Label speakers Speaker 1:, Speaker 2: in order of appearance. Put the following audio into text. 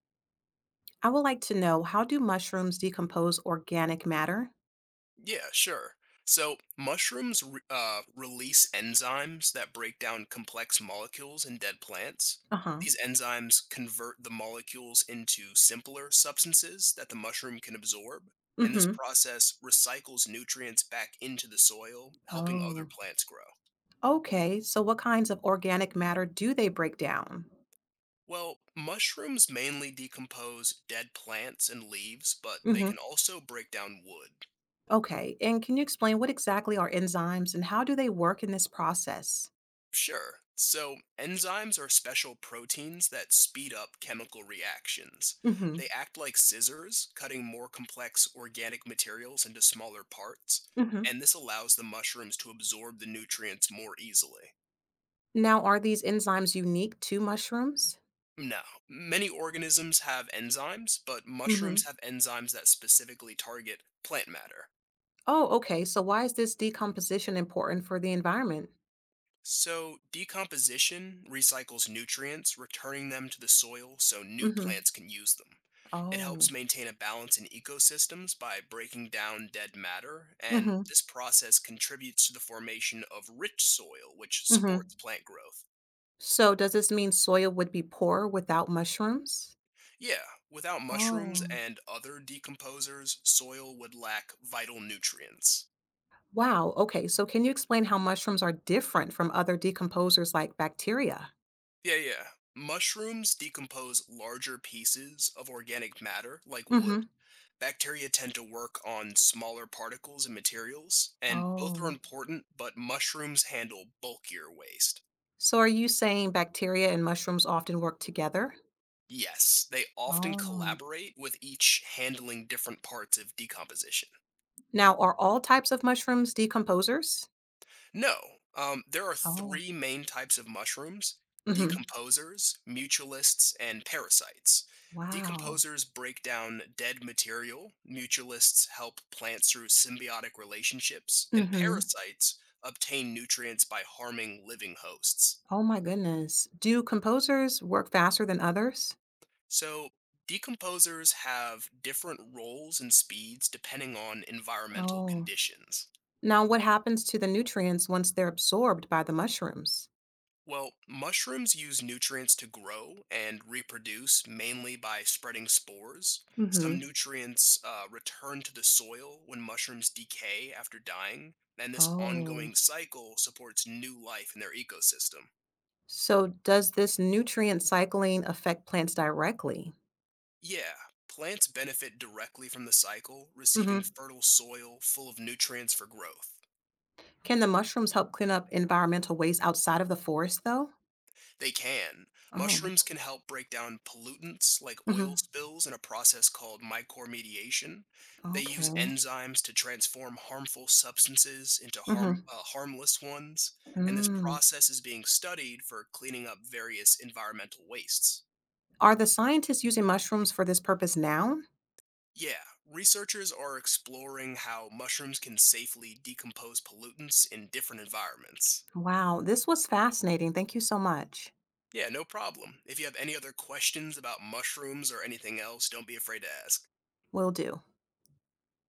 Speaker 1: I would like to know, how do mushrooms decompose organic matter?
Speaker 2: Yeah, sure. So mushrooms release enzymes that break down complex molecules in dead plants.
Speaker 1: Uh-huh.
Speaker 2: These enzymes convert the molecules into simpler substances that the mushroom can absorb, and this
Speaker 1: Mm-hmm.
Speaker 2: process recycles nutrients back into the soil, helping other
Speaker 1: Oh.
Speaker 2: plants grow.
Speaker 1: Okay. So what kinds of organic matter do they break down?
Speaker 2: Well, mushrooms mainly decompose dead plants and leaves, but they
Speaker 1: Mm-hmm.
Speaker 2: can also break down wood.
Speaker 1: Okay. And can you explain what exactly are enzymes and how do they work in this process?
Speaker 2: Sure. So, enzymes are special proteins that speed up chemical reactions.
Speaker 1: Mm-hmm.
Speaker 2: They act like scissors, cutting more complex organic materials into smaller parts,
Speaker 1: Mm-hmm.
Speaker 2: and this allows the mushrooms to absorb the nutrients more easily.
Speaker 1: Now, are these enzymes unique to mushrooms?
Speaker 2: Now, many organisms have enzymes, but mushrooms
Speaker 1: Mm-hmm.
Speaker 2: have enzymes that specifically target plant matter.
Speaker 1: Oh, okay. So why is this decomposition important for the environment?
Speaker 2: So, decomposition recycles nutrients, returning them to the soil so new
Speaker 1: Mm-hmm.
Speaker 2: plants can use them. It helps
Speaker 1: Oh.
Speaker 2: maintain a balance in ecosystems by breaking down dead matter, and
Speaker 1: Mm-hmm.
Speaker 2: this process contributes to the formation of rich soil, which
Speaker 1: Mm-hmm.
Speaker 2: supports plant growth.
Speaker 1: So does this mean soil would be poor without mushrooms?
Speaker 2: Yeah, without mushrooms
Speaker 1: Oh,
Speaker 2: and other decomposers, soil would lack vital nutrients.
Speaker 1: wow. Okay. So, can you explain how mushrooms are different from other decomposers like bacteria?
Speaker 2: Yeah, yeah. Mushrooms decompose larger pieces of organic matter, like wood.
Speaker 1: Hmm.
Speaker 2: Bacteria tend to work on smaller particles and materials, and both are
Speaker 1: Oh,
Speaker 2: important, but mushrooms handle bulkier waste.
Speaker 1: so are you saying bacteria and mushrooms often work together?
Speaker 2: Yes, they often
Speaker 1: Oh,
Speaker 2: collaborate with each handling different parts of decomposition.
Speaker 1: now are all types of mushrooms decomposers?
Speaker 2: No. There are
Speaker 1: Oh.
Speaker 2: three main types of mushrooms:
Speaker 1: Hmm.
Speaker 2: decomposers, mutualists, and parasites.
Speaker 1: Wow.
Speaker 2: Decomposers break down dead material, mutualists help plants through symbiotic relationships, and
Speaker 1: Hmm.
Speaker 2: parasites obtain nutrients by harming living hosts.
Speaker 1: Oh my goodness. Do composers work faster than others?
Speaker 2: So, decomposers have different roles and speeds depending on environmental
Speaker 1: Oh,
Speaker 2: conditions.
Speaker 1: now what happens to the nutrients once they're absorbed by the mushrooms?
Speaker 2: Well, mushrooms use nutrients to grow and reproduce mainly by spreading spores. Some
Speaker 1: Hmm.
Speaker 2: nutrients return to the soil when mushrooms decay after dying, and this
Speaker 1: Oh.
Speaker 2: ongoing cycle supports new life in their ecosystem.
Speaker 1: So does this nutrient cycling affect plants directly?
Speaker 2: Yeah, plants benefit directly from the cycle, receiving
Speaker 1: Hmm.
Speaker 2: fertile soil full of nutrients for growth.
Speaker 1: Can the mushrooms help clean up environmental waste outside of the forest, though?
Speaker 2: They can. Mushrooms
Speaker 1: Oh.
Speaker 2: can help break down pollutants like oil
Speaker 1: Hmm.
Speaker 2: spills in a process called mycormediation. They use
Speaker 1: Okay.
Speaker 2: enzymes to transform harmful substances into
Speaker 1: Hmm.
Speaker 2: harmless ones, and this
Speaker 1: Mm.
Speaker 2: process is being studied for cleaning up various environmental wastes.
Speaker 1: Are the scientists using mushrooms for this purpose now?
Speaker 2: Yeah, researchers are exploring how mushrooms can safely decompose pollutants in different environments.
Speaker 1: Wow, this was fascinating. Thank you so much.
Speaker 2: Yeah, no problem. If you have any other questions about mushrooms or anything else, don't be afraid to ask.
Speaker 1: Will do.